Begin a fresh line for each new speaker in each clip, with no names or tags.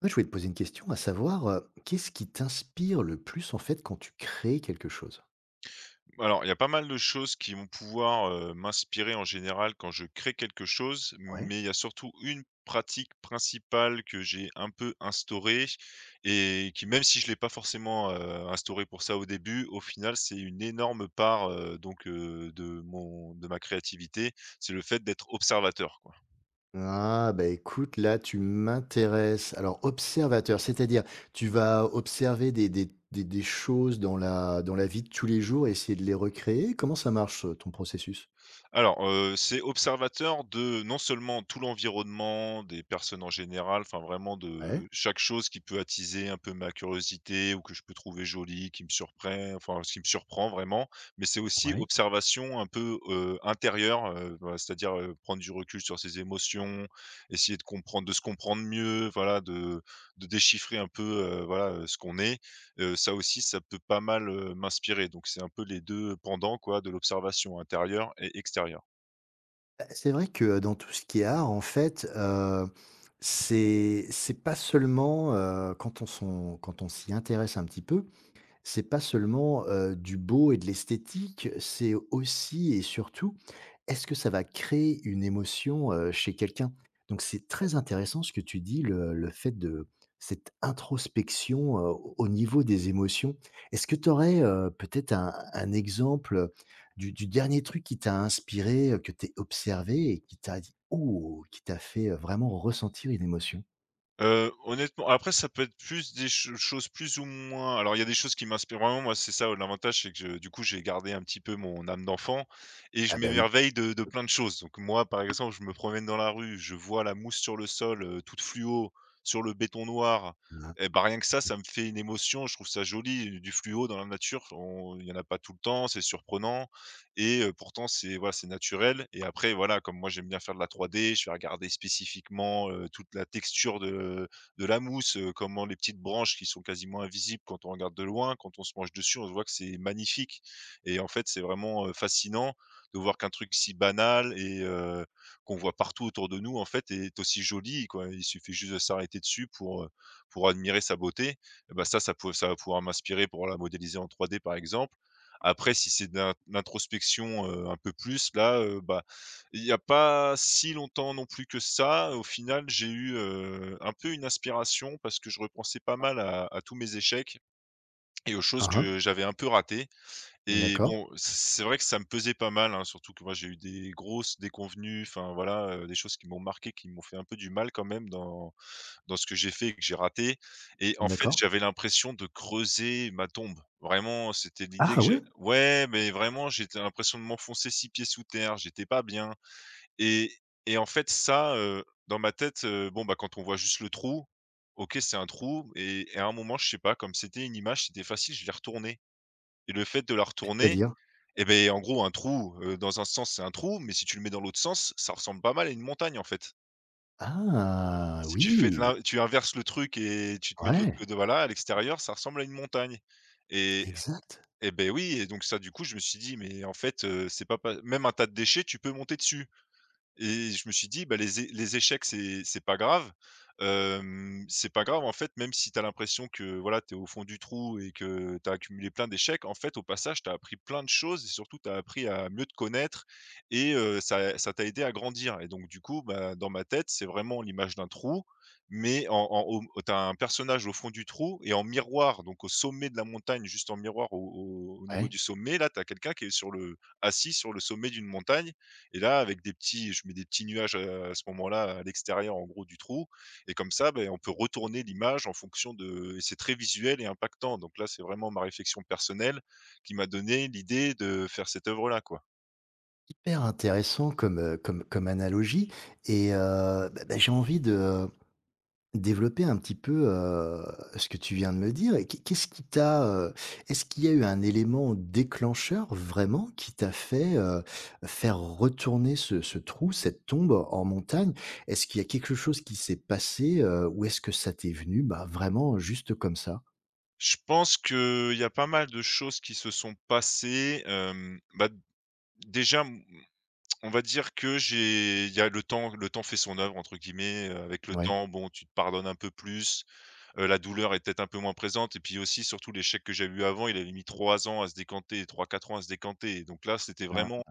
Ouais, je voulais te poser une question, à savoir, qu'est-ce qui t'inspire le plus, en fait, quand tu crées quelque chose?
Alors, il y a pas mal de choses qui vont pouvoir, m'inspirer en général quand je crée quelque chose,
Ouais.
mais il y a surtout une pratique principale que j'ai un peu instaurée et qui, même si je l'ai pas forcément, instaurée pour ça au début, au final, c'est une énorme part, de mon de ma créativité, c'est le fait d'être observateur, quoi.
Ah, bah, écoute, là, tu m'intéresses. Alors, observateur, c'est-à-dire, tu vas observer des choses dans la vie de tous les jours et essayer de les recréer? Comment ça marche, ton processus?
Alors, c'est observateur de non seulement tout l'environnement, des personnes en général, enfin vraiment
Ouais,
de chaque chose qui peut attiser un peu ma curiosité ou que je peux trouver jolie, qui me surprend, enfin ce qui me surprend vraiment, mais c'est aussi
ouais.
observation un peu, intérieure, voilà, c'est-à-dire, prendre du recul sur ses émotions, essayer de se comprendre mieux, voilà, de déchiffrer un peu, ce qu'on est. Ça aussi, ça peut pas mal, m'inspirer, donc c'est un peu les deux pendants, quoi, de l'observation intérieure et extérieure.
Bah, c'est vrai que, dans tout ce qui est art, en fait, c'est pas seulement, quand on s'y intéresse un petit peu. C'est pas seulement, du beau et de l'esthétique, c'est aussi et surtout, est-ce que ça va créer une émotion, chez quelqu'un? Donc c'est très intéressant ce que tu dis, le fait de cette introspection, au niveau des émotions. Est-ce que tu aurais peut-être un exemple du dernier truc qui t'a inspiré, que tu observé et qui t'a dit: «Ouh!», qui t'a fait, vraiment ressentir une émotion?
Honnêtement, après, ça peut être plus des ch choses plus ou moins... Alors il y a des choses qui m'inspirent vraiment. Moi, c'est ça l'avantage, c'est que, je du coup, j'ai gardé un petit peu mon âme d'enfant et
Ah
je
bah oui.
m'émerveille de plein de choses. Donc moi, par exemple, je me promène dans la rue, je vois la mousse sur le sol, toute fluo, sur le béton noir, et bah, rien que ça,
Oui.
ça me fait une émotion, je trouve ça joli. Du fluo dans la nature, on il y en a pas tout le temps, c'est surprenant. Et pourtant c'est, voilà, c'est naturel. Et après, voilà, comme moi j'aime bien faire de la 3D, je vais regarder spécifiquement, toute la texture de la mousse, comment les petites branches qui sont quasiment invisibles quand on regarde de loin, quand on se penche dessus, on voit que c'est magnifique. Et en fait, c'est vraiment, fascinant de voir qu'un truc si banal et qu'on voit partout autour de nous, en fait, est aussi joli, quoi. Il suffit juste de s'arrêter dessus pour admirer sa beauté, et bah, ça peut ça va pouvoir m'inspirer pour la modéliser en 3D, par exemple. Après, si c'est de l'introspection, un peu plus là, bah, il n'y a pas si longtemps non plus que ça, au final, j'ai eu, un peu une inspiration parce que je repensais pas mal à tous mes échecs et aux
Hein,
choses que
hein.
j'avais un peu ratées. Et
D'accord,
bon, c'est vrai que ça me pesait pas mal, hein, surtout que moi, j'ai eu des grosses déconvenues, enfin voilà, des choses qui m'ont marqué, qui m'ont fait un peu du mal quand même dans ce que j'ai fait et que j'ai raté. Et en fait,
d'accord.
j'avais l'impression de creuser ma tombe. Vraiment, c'était l'idée
Ah
que j'ai.
ouais?
Ouais, mais vraiment, j'étais l'impression de m'enfoncer 6 pieds sous terre, j'étais pas bien. Et en fait, ça, dans ma tête, bon, bah, quand on voit juste le trou, OK, c'est un trou, et à un moment, je sais pas, comme c'était une image, c'était facile, je l'ai retournée. Et le fait de la retourner,
C'est-à-dire?
et ben, en gros, un trou, dans un sens, c'est un trou, mais si tu le mets dans l'autre sens, ça ressemble pas mal à une montagne, en fait.
Ah
Si tu fais de
oui!
l'in tu inverses le truc et tu te mets de l'autre
Ouais,
côté, voilà, à l'extérieur, ça ressemble à une montagne. Et
exact.
ben oui, et donc ça, du coup, je me suis dit: «Mais en fait, c'est pas même un tas de déchets, tu peux monter dessus». Et je me suis dit: «Bah, les échecs, c'est pas grave». Hem, c'est pas grave, en fait, même si tu as l'impression que, voilà, tu es au fond du trou et que tu as accumulé plein d'échecs, en fait, au passage, tu as appris plein de choses, et surtout tu as appris à mieux te connaître. Et ça, t'a aidé à grandir. Et donc du coup, bah, dans ma tête, c'est vraiment l'image d'un trou, mais en en au t'as un personnage au fond du trou, et en miroir, donc au sommet de la montagne, juste en miroir au niveau
Ouais.
du sommet, là, tu as quelqu'un qui est sur le assis sur le sommet d'une montagne. Et là, avec des petits, je mets des petits nuages, à ce moment-là, à l'extérieur, en gros, du trou. Et comme ça, ben, on peut retourner l'image en fonction de... Et c'est très visuel et impactant, donc là, c'est vraiment ma réflexion personnelle qui m'a donné l'idée de faire cette œuvre-là, quoi.
Hyper intéressant comme, comme analogie, et bah, j'ai envie de développer un petit peu, ce que tu viens de me dire. Et qu'est-ce qui t'a, est-ce qu'il y a eu un élément déclencheur vraiment qui t'a fait, faire retourner ce trou, cette tombe en montagne? Est-ce qu'il y a quelque chose qui s'est passé, ou est-ce que ça t'est venu, bah, vraiment juste comme ça?
Je pense qu'il y a pas mal de choses qui se sont passées, hem, bah, déjà, on va dire que j'ai il y a le temps, le temps fait son œuvre, entre guillemets. Avec le
Ouais.
temps, bon, tu te pardonnes un peu plus. La douleur est peut-être un peu moins présente, et puis aussi, surtout l'échec que j'avais eu avant, il avait mis trois ans à se décanter, trois quatre ans à se décanter, et donc là, c'était vraiment...
Ah.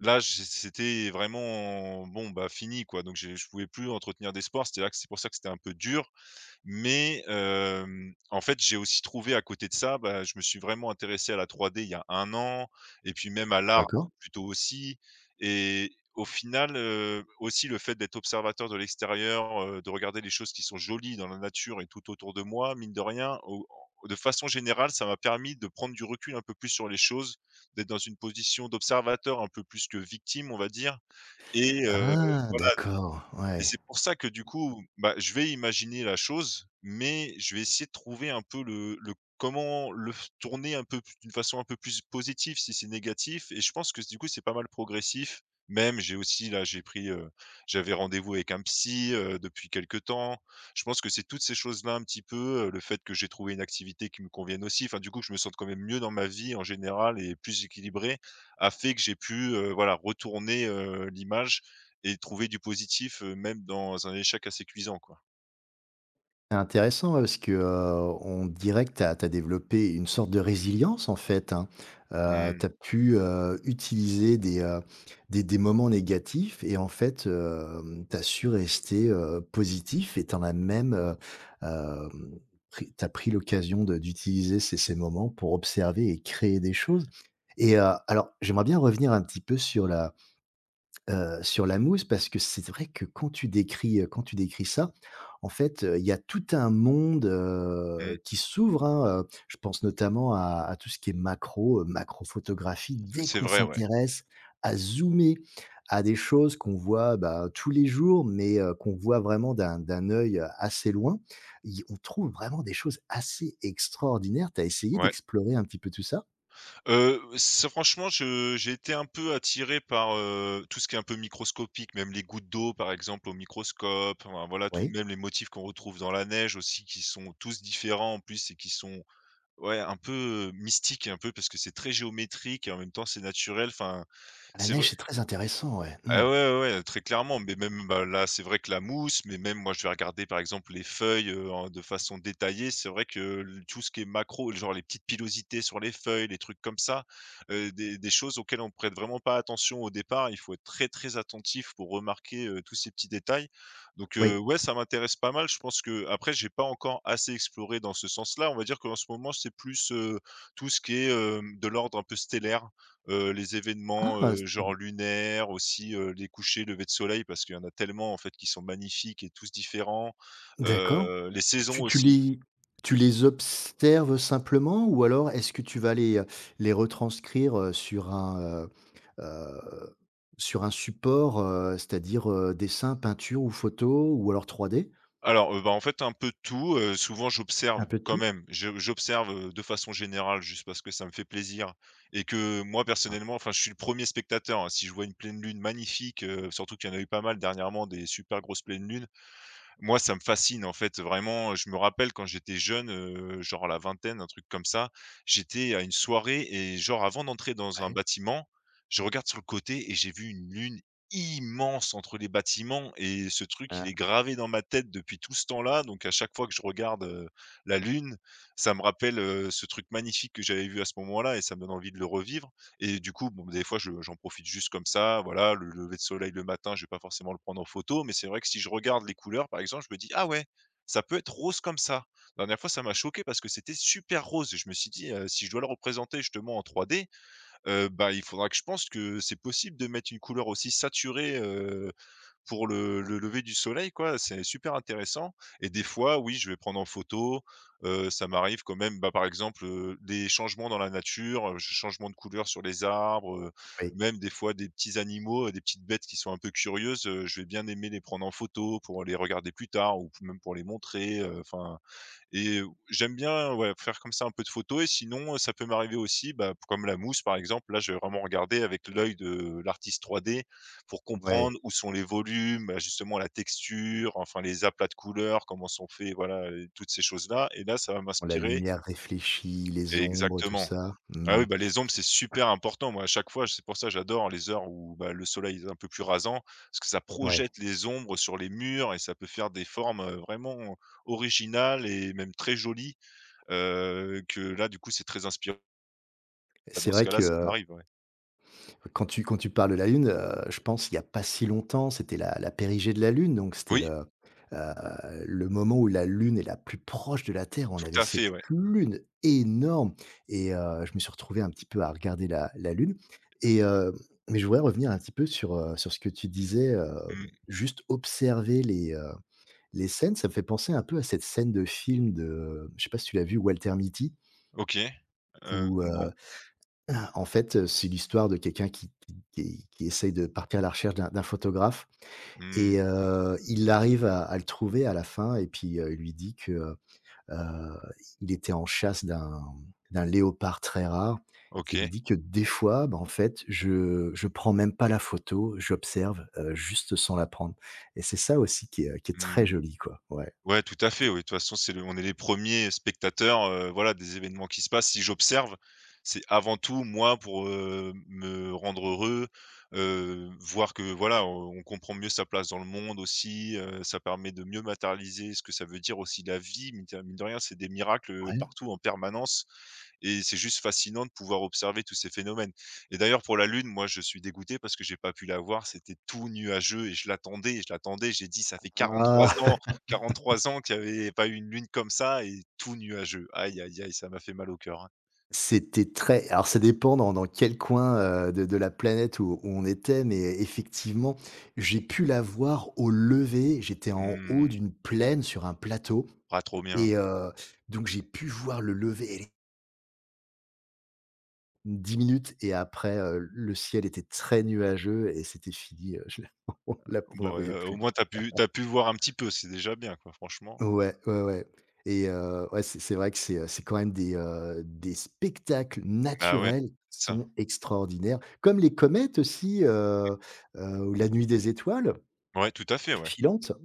là, j c'était vraiment, bon, bah, fini, quoi. Donc j'ai je pouvais plus entretenir d'espoir. C'était là, que c'est pour ça que c'était un peu dur, mais, hem, en fait, j'ai aussi trouvé à côté de ça, bah, je me suis vraiment intéressé à la 3D il y a un an, et puis même à l'art,
D'accord.
plutôt, aussi. Et au final, aussi le fait d'être observateur de l'extérieur, de regarder les choses qui sont jolies dans la nature et tout autour de moi, mine de rien, au de façon générale, ça m'a permis de prendre du recul un peu plus sur les choses, d'être dans une position d'observateur un peu plus que victime, on va dire, et heu,
Ah
voilà.
d'accord,
Et
ouais.
c'est pour ça que, du coup, bah, je vais imaginer la chose, mais je vais essayer de trouver un peu le comment le f tourner un peu p d'une façon un peu plus positive si c'est négatif, et je pense que du coup c'est pas mal progressif. Même, j'ai aussi là, j'avais rendez-vous avec un psy, depuis quelque temps. Je pense que c'est toutes ces choses-là un petit peu, le fait que j'ai trouvé une activité qui me convienne aussi, enfin du coup que je me sente quand même mieux dans ma vie en général et plus équilibré, a fait que j'ai pu, voilà, retourner, l'image et trouver du positif, même dans un échec assez cuisant, quoi.
C'est intéressant, ouais, parce que, on dirait que tu as développé une sorte de résilience en fait, hein. Tu as
Mmh,
pu, utiliser des, des moments négatifs et en fait, hem, tu as su rester, positif et tu en as même, hem, pris tu pris l'occasion de d'utiliser ces moments pour observer et créer des choses. Et alors j'aimerais bien revenir un petit peu sur la mousse parce que c'est vrai que quand tu décris ça, en fait, il y a tout un monde,
mmh,
qui s'ouvre, hein, je pense notamment à tout ce qui est macro, macrophotographie. Dès
c'est
qu'on
vrai, ouais.
s'intéresse à zoomer à des choses qu'on voit, bah, tous les jours, mais qu'on voit vraiment d'un œil, assez loin, y on trouve vraiment des choses assez extraordinaires. Tu as essayé
Ouais.
d'explorer un petit peu tout ça?
C'est franchement, je j'ai été un peu attiré par, tout ce qui est un peu microscopique, même les gouttes d'eau, par exemple, au microscope, enfin, voilà, tout,
Oui?
même les motifs qu'on retrouve dans la neige aussi, qui sont tous différents, en plus, et qui sont, ouais, un peu, mystiques, un peu, parce que c'est très géométrique et en même temps, c'est naturel, enfin,
La
c'est vrai.
neige, c'est très intéressant, ouais. Mmh.
Ah ouais, ouais, ouais, très clairement. Mais même, bah, là, c'est vrai que la mousse, mais même moi, je vais regarder, par exemple, les feuilles, en de façon détaillée. C'est vrai que le tout ce qui est macro, genre les petites pilosités sur les feuilles, les trucs comme ça, des choses auxquelles on prête vraiment pas attention au départ. Il faut être très, très attentif pour remarquer, tous ces petits détails. Donc,
Oui.
ouais, ça m'intéresse pas mal. Je pense que après, j'ai pas encore assez exploré dans ce sens-là. On va dire qu'en ce moment, c'est plus, tout ce qui est, hem, de l'ordre un peu stellaire, les événements,
Ah!
genre lunaires aussi, les couchers, levées de soleil, parce qu'il y en a tellement, en fait, qui sont magnifiques et tous différents,
D'accord.
les saisons
Tu tu
aussi.
les tu les observes simplement ou alors est-ce que tu vas les retranscrire, heu, sur un support, c'est-à-dire, dessin, peinture ou photo ou alors trois d?
Alors, bah, en fait, un peu tout, souvent
Un
j'observe
peu de
quand
tout?
même, je j'observe, de façon générale, juste parce que ça me fait plaisir et que moi,
Ah
personnellement, enfin, je suis le premier spectateur, hein. Si je vois une pleine lune magnifique, surtout qu'il y en a eu pas mal dernièrement des super grosses pleines lunes. Moi, ça me fascine, en fait, vraiment. Je me rappelle quand j'étais jeune, genre à la vingtaine, un truc comme ça. J'étais à une soirée et genre avant d'entrer dans un
ouais,
bâtiment, je regarde sur le côté et j'ai vu une lune immense entre les bâtiments, et ce truc, il
ah
est gravé dans ma tête depuis tout ce temps-là. Donc à chaque fois que je regarde, la lune, ça me rappelle, ce truc magnifique que j'avais vu à ce moment-là, et ça me donne envie de le revivre. Et du coup, bon, des fois, je j'en profite juste comme ça, voilà. Le lever de soleil le matin, je vais pas forcément le prendre en photo, mais c'est vrai que si je regarde les couleurs, par exemple, je me dis: «Ah ouais, ça peut être rose comme ça». La dernière fois, ça m'a choqué parce que c'était super rose, et je me suis dit: Si je dois le représenter justement en 3D, bah, il faudra que je pense que c'est possible de mettre une couleur aussi saturée,» pour le lever du soleil, quoi. C'est super intéressant. Et des fois, oui, je vais prendre en photo, ça m'arrive quand même, bah, par exemple, des changements dans la nature, changements de couleur sur les arbres,
oui,
même des fois des petits animaux, des petites bêtes qui sont un peu curieuses, je vais bien aimer les prendre en photo pour les regarder plus tard ou même pour les montrer, enfin. Et j'aime bien, ouais, faire comme ça un peu de photos. Et sinon, ça peut m'arriver aussi, bah, comme la mousse par exemple, là je vais vraiment regarder avec l'œil de l'artiste 3D pour
ouais,
comprendre où sont les volumes, bah, justement la texture, enfin les aplats de couleurs, comment sont faits, voilà, toutes ces choses-là, et là ça va
bon, la
m'inspirer
lumière réfléchie, les ombres, tout
exactement.
ça.
Ah oui,
Mmh.
bah, les ombres c'est super important. Moi à chaque fois, c'est pour ça que j'adore les heures où, bah, le soleil est un peu plus rasant, parce que ça
Ouais,
projette les ombres sur les murs et ça peut faire des formes, vraiment originales et même très jolies. Que là, du coup, c'est très inspirant.
c'est
Dans ce
vrai
cas-là,
que,
ça m'arrive, ouais.
quand tu quand tu parles de la Lune, je pense il y a pas si longtemps, c'était la périgée de la Lune, donc c'était
Oui,
heu, le moment où la Lune est la plus proche de la Terre. On avait
tout à
cette
fait, ouais.
Lune énorme et je me suis retrouvé un petit peu à regarder la Lune. Et mais je voudrais revenir un petit peu sur, sur ce que tu disais,
Mmh.
juste observer les scènes. Ça me fait penser un peu à cette scène de film de, je sais pas si tu l'as vu, Walter Mitty,
OK.
où,
Non.
en fait, c'est l'histoire de quelqu'un qui essaye de partir à la recherche d'un photographe
Mmh.
et il arrive à le trouver à la fin et puis, il lui dit que, il était en chasse d'un d'un léopard très rare et lui
OK.
dit que: «Des fois, bah, en fait, je prends même pas la photo, j'observe, juste sans la prendre». Et c'est ça aussi qui est très
Mmh.
joli, quoi. Ouais.
Ouais, tout à fait, oui. De toute façon, c'est le on est les premiers spectateurs, voilà, des événements qui se passent. Si j'observe, c'est avant tout moi pour, me rendre heureux, voir que, voilà, on comprend mieux sa place dans le monde aussi. Ça permet de mieux matérialiser ce que ça veut dire aussi la vie. Mine de rien, c'est des miracles,
Ouais.
partout en permanence. Et c'est juste fascinant de pouvoir observer tous ces phénomènes. Et d'ailleurs, pour la Lune, moi, je suis dégoûté parce que j'ai pas pu la voir. C'était tout nuageux et je l'attendais et je l'attendais. J'ai dit: «Ça fait 43
Ah!
ans, 43 ans qu'il y avait pas eu une lune comme ça et tout nuageux». Aïe, aïe, aïe, ça m'a fait mal au cœur, hein.
C'était très alors ça dépend dans dans quel coin, de la planète où où on était, mais effectivement, j'ai pu la voir au lever. J'étais en haut
Mmh,
d'une plaine sur un plateau
ah, trop bien.
et donc j'ai pu voir le lever, allez, 10 minutes et après, le ciel était très nuageux et c'était fini, je on la
Bon,
voyait
au
plus.
moins t'as pu voir un petit peu, c'est déjà bien, quoi, franchement.
Ouais, ouais, ouais, et ouais, c'est vrai que c'est quand même des spectacles
Bah, ouais,
naturels qui
c'est ça.
sont extraordinaires, comme les comètes aussi, ou la nuit des étoiles
Ouais, tout à fait, ouais.
filantes.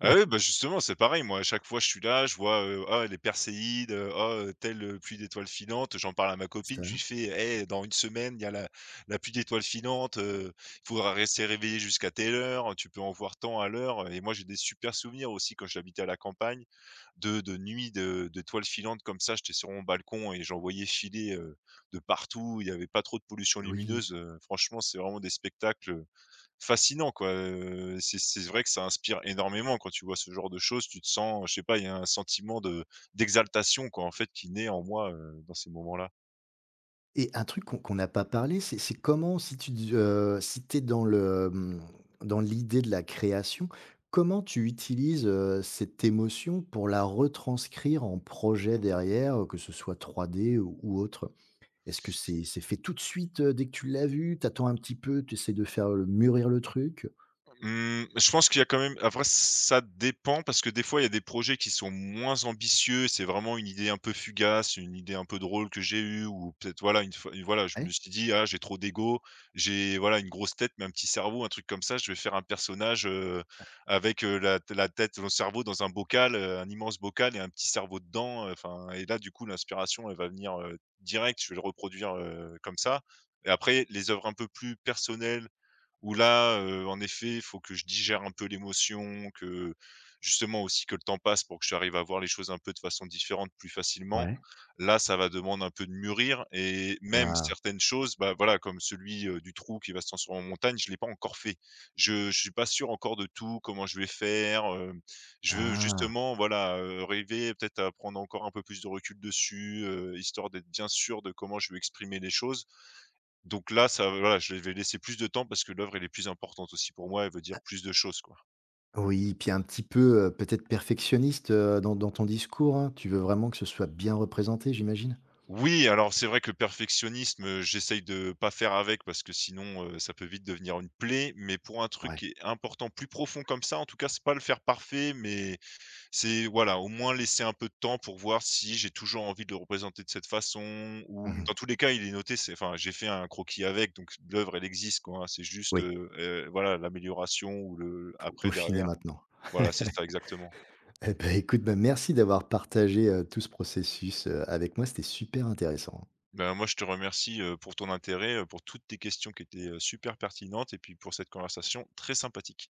Ah oui, bah, justement, c'est pareil. Moi, à chaque fois, je suis là, je vois, ah, les perséides, ah, telle, pluie d'étoiles filantes. J'en parle à ma
Ça
copine, je lui fais: «Eh, dans une semaine, il y a la pluie d'étoiles filantes, il faudra rester réveillé jusqu'à telle heure, tu peux en voir tant à l'heure». Et moi, j'ai des super souvenirs aussi quand j'habitais à la campagne de nuits de d'étoiles filantes comme ça. J'étais sur mon balcon et j'en voyais filer, de partout. Il n'y avait pas trop de pollution
oui,
lumineuse, franchement, c'est vraiment des spectacles Fascinant quoi. C'est vrai que ça inspire énormément quand tu vois ce genre de choses. Tu te sens, je sais pas, il y a un sentiment de d'exaltation quoi en fait qui naît en moi, dans ces moments-là.
et un truc qu'on qu'on n'a pas parlé, c'est comment si tu d si t'es dans le, dans l'idée de la création, comment tu utilises, cette émotion pour la retranscrire en projet derrière, que ce soit trois d ou autre? Est-ce que c'est fait tout de suite, dès que tu l'as vu? T'attends un petit peu, tu essaies de faire, mûrir le truc?
Mmh, je pense qu'il y a quand même, après ça dépend, parce que des fois il y a des projets qui sont moins ambitieux, c'est vraiment une idée un peu fugace, une idée un peu drôle que j'ai eue, ou peut-être voilà une fois voilà je me
Ouais?
suis dit: «Ah j'ai trop d'ego, j'ai voilà une grosse tête mais un petit cerveau», un truc comme ça. Je vais faire un personnage, avec, la tête, le cerveau dans un bocal, un immense bocal et un petit cerveau dedans, enfin. Et là du coup l'inspiration elle va venir, direct, je vais le reproduire, comme ça. Et après les œuvres un peu plus personnelles où là, en effet, il faut que je digère un peu l'émotion, que justement aussi que le temps passe pour que j'arrive à voir les choses un peu de façon différente plus facilement.
Ouais.
Là, ça va demander un peu de mûrir, et même
Ah.
certaines choses, bah, voilà, comme celui, du trou qui va se transformer en montagne, je l'ai pas encore fait. Je suis pas sûr encore de tout, comment je vais faire, je veux
Ah!
justement, voilà, arriver peut-être à prendre encore un peu plus de recul dessus, histoire d'être bien sûr de comment je vais exprimer les choses. Donc là, ça voilà, je vais laisser plus de temps parce que l'œuvre, elle est plus importante aussi pour moi, elle veut dire plus de choses, quoi.
Oui, puis un petit peu, peut-être perfectionniste, dans dans ton discours, hein? Tu veux vraiment que ce soit bien représenté, j'imagine?
Oui, alors c'est vrai que le perfectionnisme, j'essaye de pas faire avec parce que sinon, ça peut vite devenir une plaie, mais pour un truc
Ouais.
qui est important, plus profond comme ça, en tout cas, c'est pas le faire parfait, mais c'est voilà, au moins laisser un peu de temps pour voir si j'ai toujours envie de le représenter de cette façon, ou
Mmh.
dans tous les cas, il est noté, c'est enfin, j'ai fait un croquis avec, donc l'œuvre, elle existe, quoi, hein. C'est juste,
Oui,
voilà, l'amélioration ou le
faut
après
peaufiner
derrière.
maintenant.
Voilà, c'est ça, exactement.
Eh ben écoute, ben merci d'avoir partagé, tout ce processus, avec moi, c'était super intéressant.
Ben, moi, je te remercie, pour ton intérêt, pour toutes tes questions qui étaient, super pertinentes, et puis pour cette conversation très sympathique.